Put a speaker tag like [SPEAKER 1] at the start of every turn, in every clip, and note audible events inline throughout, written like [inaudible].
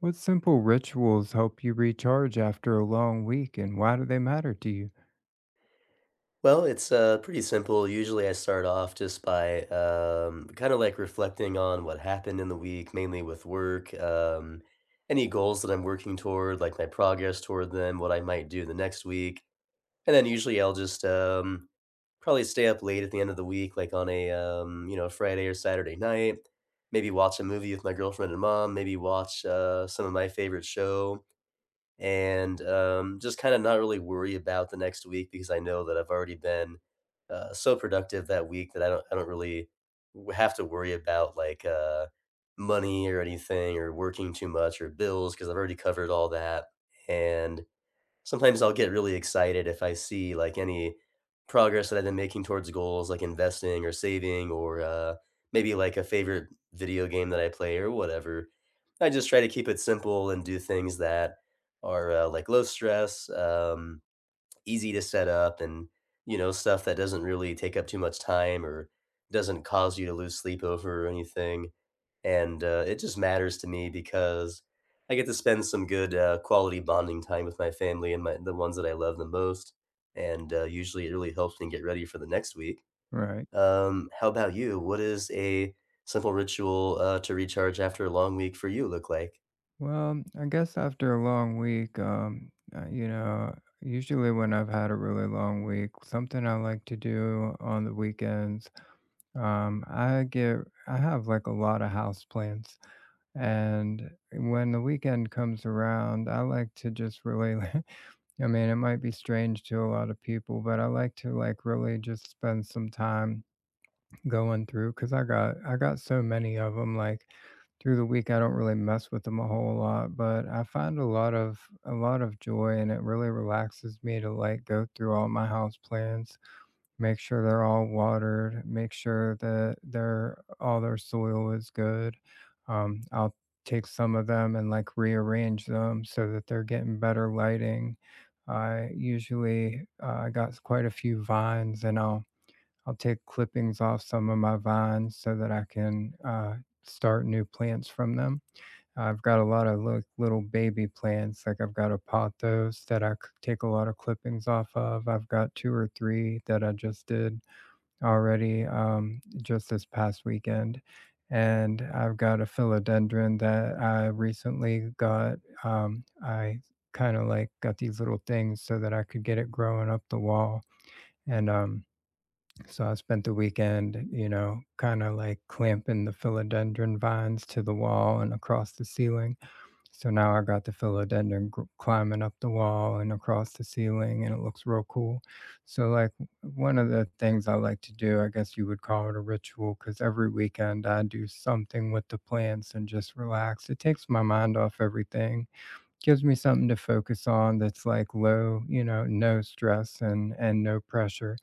[SPEAKER 1] What simple rituals help you recharge after a long week, and why do they matter to you?
[SPEAKER 2] Well, it's pretty simple. Usually, I start off just by, kinda, like, reflecting on what happened in the week, mainly with work, any goals that I'm working toward, like, my progress toward them, what I might do the next week, and then usually I'll just probably stay up late at the end of the week, like, on a Friday or Saturday night, maybe watch a movie with my girlfriend and mom, maybe watch, some of my favorite show, and just kinda not really worry about the next week because I know that I've already been, so productive that week that I don't really w have to worry about, like, money or anything or working too much or bills because 'cause I've already covered all that, and sometimes I'll get really excited if I see, like, any progress that I've been making towards goals, like investing or saving or, maybe, like, a favorite video game that I play or whatever. I just try to keep it simple and do things that are, like, low stress, easy to set up and, you know, stuff that doesn't really take up too much time or doesn't cause you to lose sleep over or anything and, it just matters to me because I get to spend some good, quality bonding time with my family and my the ones that I love the most, and, usually it really helps me get ready for the next week.
[SPEAKER 1] Right.
[SPEAKER 2] How about you? What is a simple ritual, to recharge after a long week for you look like?
[SPEAKER 1] Well, I guess after a long week, you know, usually when I've had a really long week, something I like to do on the weekends, I get, I have like a lot of house plants. And when the weekend comes around, I like to just really, [laughs] I mean, it might be strange to a lot of people, but I like to like really just spend some time going through because I got so many of them. Like through the week, I don't really mess with them a whole lot, but I find a lot of joy, and it really relaxes me to like go through all my house plants, make sure they're all watered, make sure that their all their soil is good. I'll take some of them and like rearrange them so that they're getting better lighting. I usually I got quite a few vines, and I'll take clippings off some of my vines so that I can start new plants from them. I've got a lot of little baby plants, like I've got a pothos that I take a lot of clippings off of. I've got two or three that I just did already, just this past weekend. And I've got a philodendron that I recently got. I kind of like got these little things so that I could get it growing up the wall. And so I spent the weekend, you know, kind of like clamping the philodendron vines to the wall and across the ceiling. So now I got the climbing up the wall and across the ceiling, and it looks real cool. So, like, one of the things I like to do, I guess you would call it a ritual, because every weekend I do something with the plants and just relax. It takes my mind off everything, gives me something to focus on that's like low, you know, no stress and no pressure,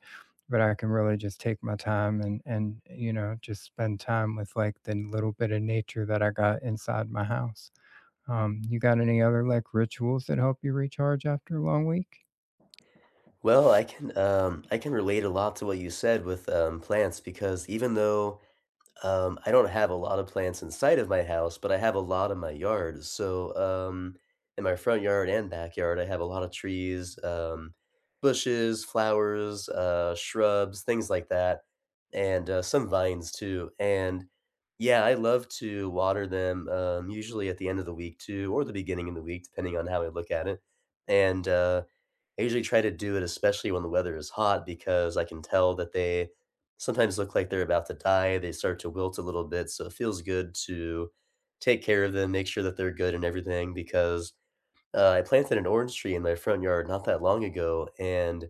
[SPEAKER 1] but I can really just take my time and you know just spend time with like the little bit of nature that I got inside my house. You got any other like rituals that help you recharge after a long week?
[SPEAKER 2] Well, I I can relate a lot to what you said with, plants because even though I don't have a lot of plants inside of my house, but I have a lot in my yard. So, um, in my front yard and backyard, I have a lot of trees, bushes, flowers, shrubs, things like that, and some vines too. And yeah, I love to water them, usually at the end of the week too, or the beginning of the week, depending on how I look at it. And I usually try to do it, especially when the weather is hot, because I can tell that they sometimes look like they're about to die. They start to wilt a little bit, so it feels good to take care of them, make sure that they're good and everything. Because I planted an orange tree in my front yard not that long ago, and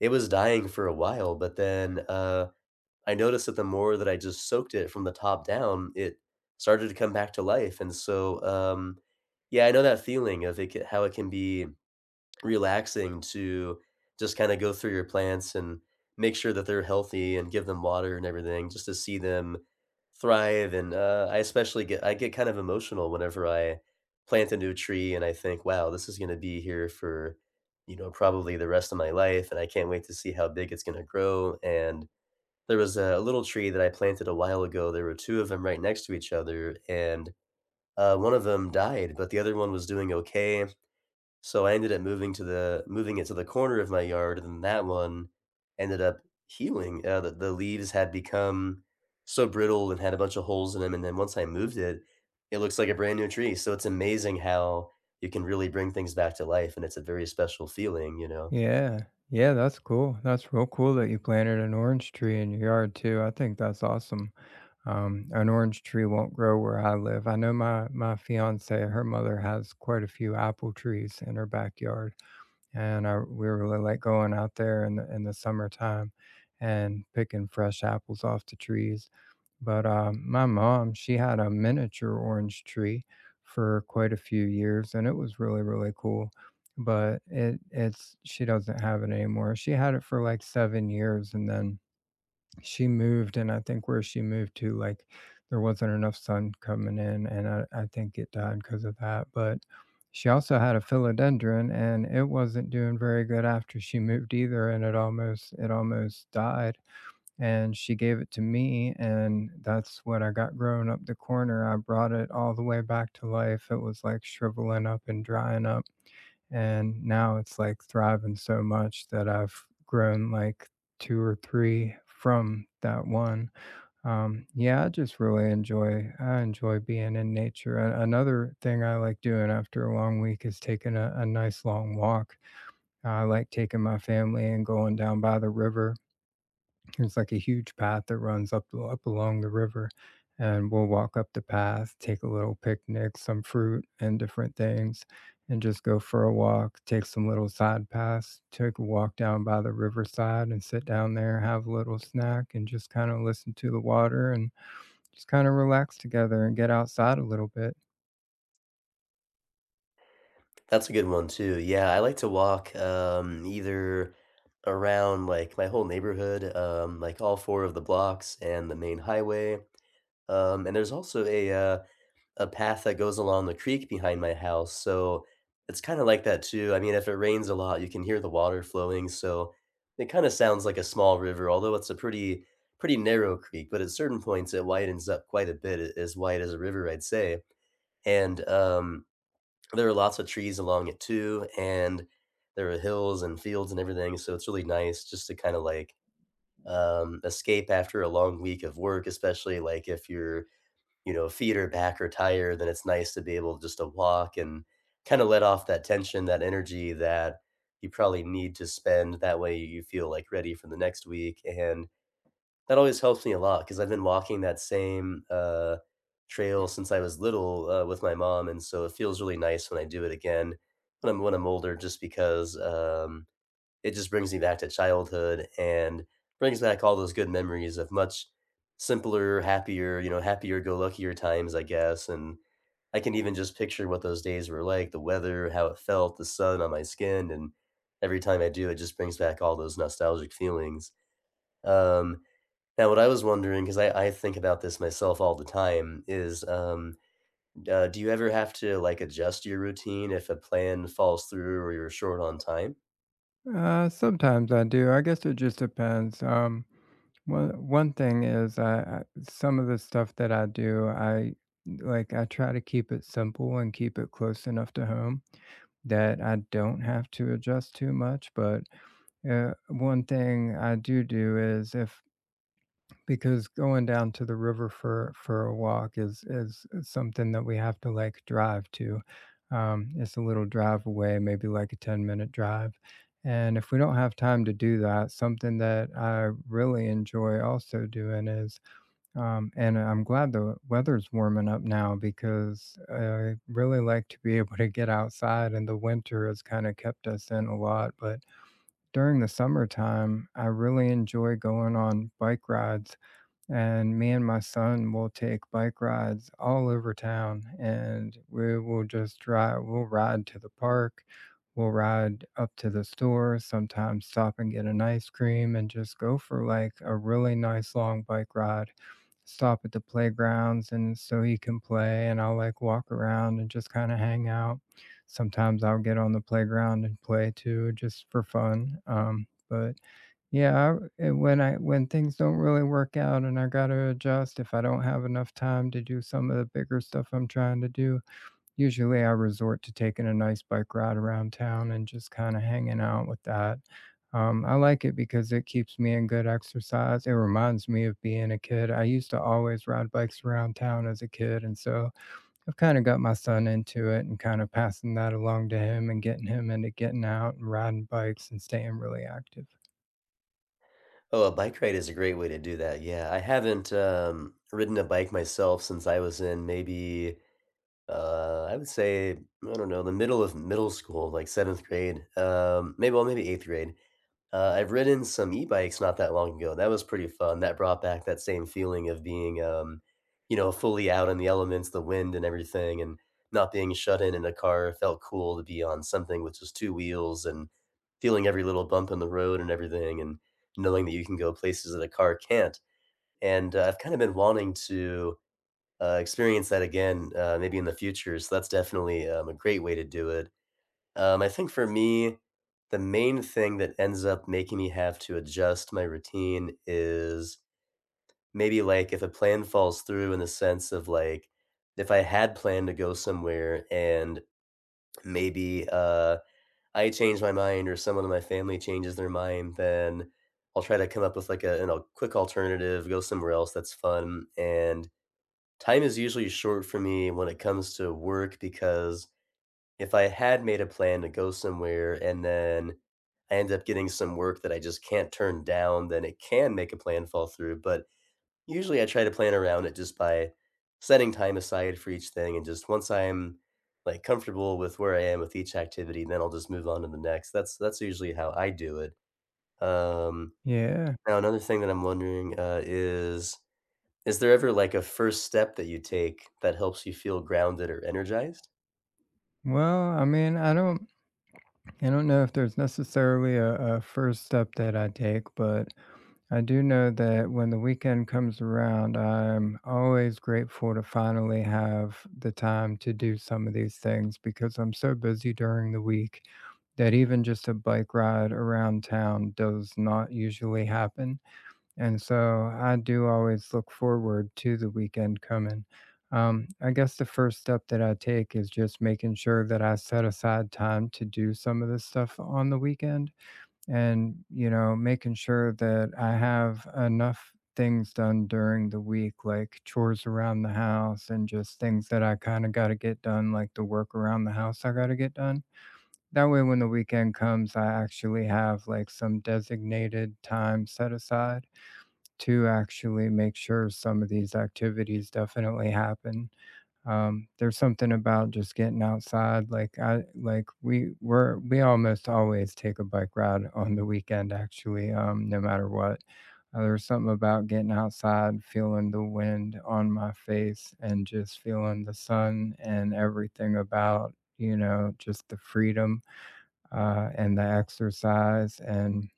[SPEAKER 2] it was dying for a while. But then I noticed that the more that I just soaked it from the top down, it started to come back to life. And so, yeah, I know that feeling of it, how it can be relaxing. Wow. To just kinda go through your plants and make sure that they're healthy and give them water and everything just to see them thrive, and, I especially get kind of emotional whenever I plant a new tree and I think, "Wow, this is gonna be here for, you know, probably the rest of my life, and I can't wait to see how big it's gonna grow," and there was a little tree that I planted a while ago, there were 2 of them right next to each other, and, one of them died, but the other one was doing okay. So I ended up moving it to the corner of my yard, and then that one ended up healing. The the leaves had become so brittle and had a bunch of holes in them. And then once I moved it, it looks like a brand new tree. So it's amazing how you can really bring things back to life, and it's a very special feeling, you know.
[SPEAKER 1] Yeah, yeah, that's cool. That's real cool that you planted an orange tree in your yard too. I think that's awesome. An orange tree won't grow where I live. I know my fiance, her mother has quite a few apple trees in her backyard, and I we were like going out there in the summertime and picking fresh apples off the trees. But, my mom, she had a miniature orange tree for quite a few years, and it was really, really cool, but it it's she doesn't have it anymore. She had it for, like, 7 years, and then she moved, and I think where she moved to, like, there wasn't enough sun coming in, and I think it died because of that, but she also had a philodendron, and it wasn't doing very good after she moved either, and it almost died, and she gave it to me, and that's what I got growing up the corner. I brought it all the way back to life. It was, like, shriveling up and drying up. And now it's like thriving so much that I've grown like 2 or 3 from that one. Yeah, I enjoy being in nature. A Another thing I like doing after a long week is taking a nice long walk. I like taking my family and going down by the river. There's like a huge path that runs up along the river, and we'll walk up the path, take a little picnic, some fruit and different things, and just go for a walk, take some little side paths, take a walk down by the riverside and sit down there, have a little snack, and just kind of listen to the water and just kind of relax together and get outside a little bit.
[SPEAKER 2] That's a good one too. Yeah, I like to walk, either around like my whole neighborhood, like all four of the blocks and the main highway. And there's also a path that goes along the creek behind my house, so it's kinda like that too. I mean, if it rains a lot, you can hear the water flowing, so it kinda sounds like a small river, although it's a pretty narrow creek, but at certain points, it widens up quite a bit, a as wide as a river, I'd say, and there are lots of trees along it too, and there are hills and fields and everything, so it's really nice just to kinda, like, escape after a long week of work, especially, like, if you're you know, feet are back or tired, then it's nice to be able just to walk and kinda let off that tension, that energy that you probably need to spend. That way, you feel, like, ready for the next week, and that always helps me a lot. Because 'cause I've been walking that same, trail since I was little, with my mom, and so it feels really nice when I do it again when I'm older just because, it just brings me back to childhood and brings back all those good memories of much simpler, happier, you know, happier go luckier times, I guess. And I can even just picture what those days were like, the weather, how it felt, the sun on my skin. And every time I do, it just brings back all those nostalgic feelings. Um, now, what I was wondering, because I think about this myself all the time, is, do you ever have to, like, adjust your routine if a plan falls through or you're short on time?
[SPEAKER 1] Sometimes I do. I guess it just depends. One thing is, I some of the stuff that I do, I like I try to keep it simple and keep it close enough to home that I don't have to adjust too much. But one thing I do do is if, because going down to the river for a walk is something that we have to like drive to. It's a little drive away, maybe like a 10-minute drive. And if we don't have time to do that, something that I really enjoy also doing is, and I'm glad the weather's warming up now because I really like to be [laughs] able to get outside, and the winter has kind of kept us in a lot. But during the summertime, I really enjoy going on bike rides, and me and my son will take bike rides all over town, and we will just drive we'll ride to the park, we'll ride up to the store, sometimes stop and get an ice cream and just go for like a really nice long bike ride, stop at the playgrounds and so he can play, and I'll like walk around and just kind of hang out. Sometimes I'll get on the playground and play too just for fun. But yeah, I and when I when things don't really work out and I gotta adjust, if I don't have enough time to do some of the bigger stuff I'm trying to do, usually I resort to taking a nice bike ride around town and just kinda hanging out with that. I like it because it keeps me in good exercise. It reminds me of being a kid. I used to always ride bikes around town as a kid, and so I've kinda got my son into it and kinda passing that along to him and getting him into getting out and riding bikes and staying really active.
[SPEAKER 2] Oh, a bike ride is a great way to do that, yeah. I haven't, ridden a bike myself since I was in maybe, I would say, I don't know, the middle of middle school, like 7th grade, maybe 8th grade. I've ridden some e-bikes not that long ago. That was pretty fun. That brought back that same feeling of being, you know, fully out in the elements, the wind and everything, and not being shut in a car. It felt cool to be on something with just two wheels and feeling every little bump in the road and everything, and knowing that you can go places that a car can't. And I've kind of been wanting to experience that again, maybe in the future. So that's definitely a great way to do it. I think for me, the main thing that ends up making me have to adjust my routine is maybe like if a plan falls through in the sense of like if I had planned to go somewhere and maybe I change my mind or someone in my family changes their mind, then I'll try to come up with like a, you know, quick alternative, go somewhere else that's fun. And time is usually short for me when it comes to work because if I had made a plan to go somewhere and then I end up getting some work that I just can't turn down, then it can make a plan fall through, but usually I try to plan around it just by setting time aside for each thing, and just once I'm, like, comfortable with where I am with each activity, then I'll just move on to the next. That's usually how I do it. Um,
[SPEAKER 1] Yeah.
[SPEAKER 2] now another thing that I'm wondering, is there ever, like, a first step that you take that helps you feel grounded or energized?
[SPEAKER 1] Well, I mean, I don't know if there's necessarily a first step that I take, but I do know that when the weekend comes around, I'm always grateful to finally have the time to do some of these things because I'm so busy during the week that even just a bike ride around town does not usually happen. And so I do always look forward to the weekend coming. I guess the first step that I take is just making sure that I set aside time to do some of this stuff on the weekend, and, you know, making sure that I have enough things done during the week, like chores around the house and just things that I kind of got to get done, like the work around the house I got to get done. That way, when the weekend comes, I actually have like some designated time set aside to actually make sure some of these activities definitely happen. There's something about just getting outside. Like I like we were we almost always take a bike ride on the weekend actually, no matter what. There's something about getting outside, feeling the wind on my face and just feeling the sun and everything about, you know, just the freedom, and the exercise and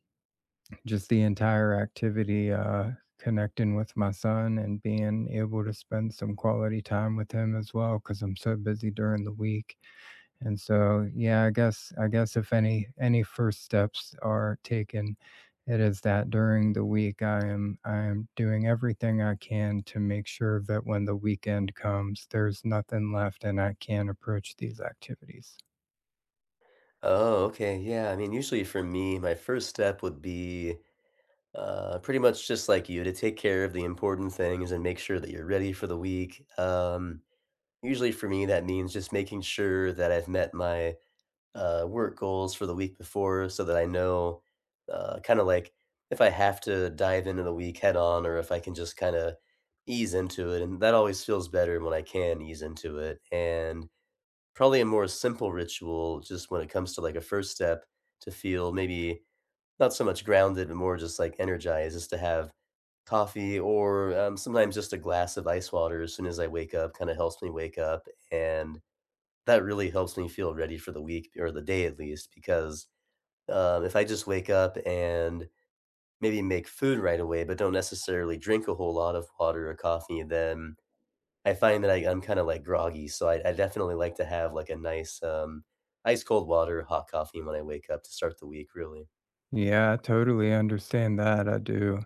[SPEAKER 1] just the entire activity, connecting with my son and being able to spend some quality time with him as well because I'm so busy during the week. And so, yeah, I guess if any first steps are taken, it is that during the week I am doing everything I can to make sure that when the weekend comes, there's nothing left and I can approach these activities.
[SPEAKER 2] Oh, okay. Yeah. I mean, usually for me, my first step would be pretty much just like you to take care of the important things and make sure that you're ready for the week. Usually for me, that means just making sure that I've met my work goals for the week before so that I know kind of like if I have to dive into the week head on or if I can just kind of ease into it. And that always feels better when I can ease into it. And probably a more simple ritual just when it comes to, like, a first step to feel maybe not so much grounded, but more just, like, energized is to have coffee or, sometimes just a glass of ice water as soon as I wake up kinda helps me wake up, and that really helps me feel ready for the week or the day at least because, if I just wake up and maybe make food right away, but don't necessarily drink a whole lot of water or coffee, then I find that I'm kinda, like, groggy, so I definitely like to have, like, a nice, ice cold water, hot coffee when I wake up to start the week, really.
[SPEAKER 1] Yeah, I totally understand that. I do.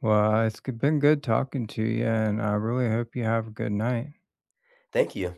[SPEAKER 1] Well, it's g been good talking to you, and I really hope you have a good night.
[SPEAKER 2] Thank you.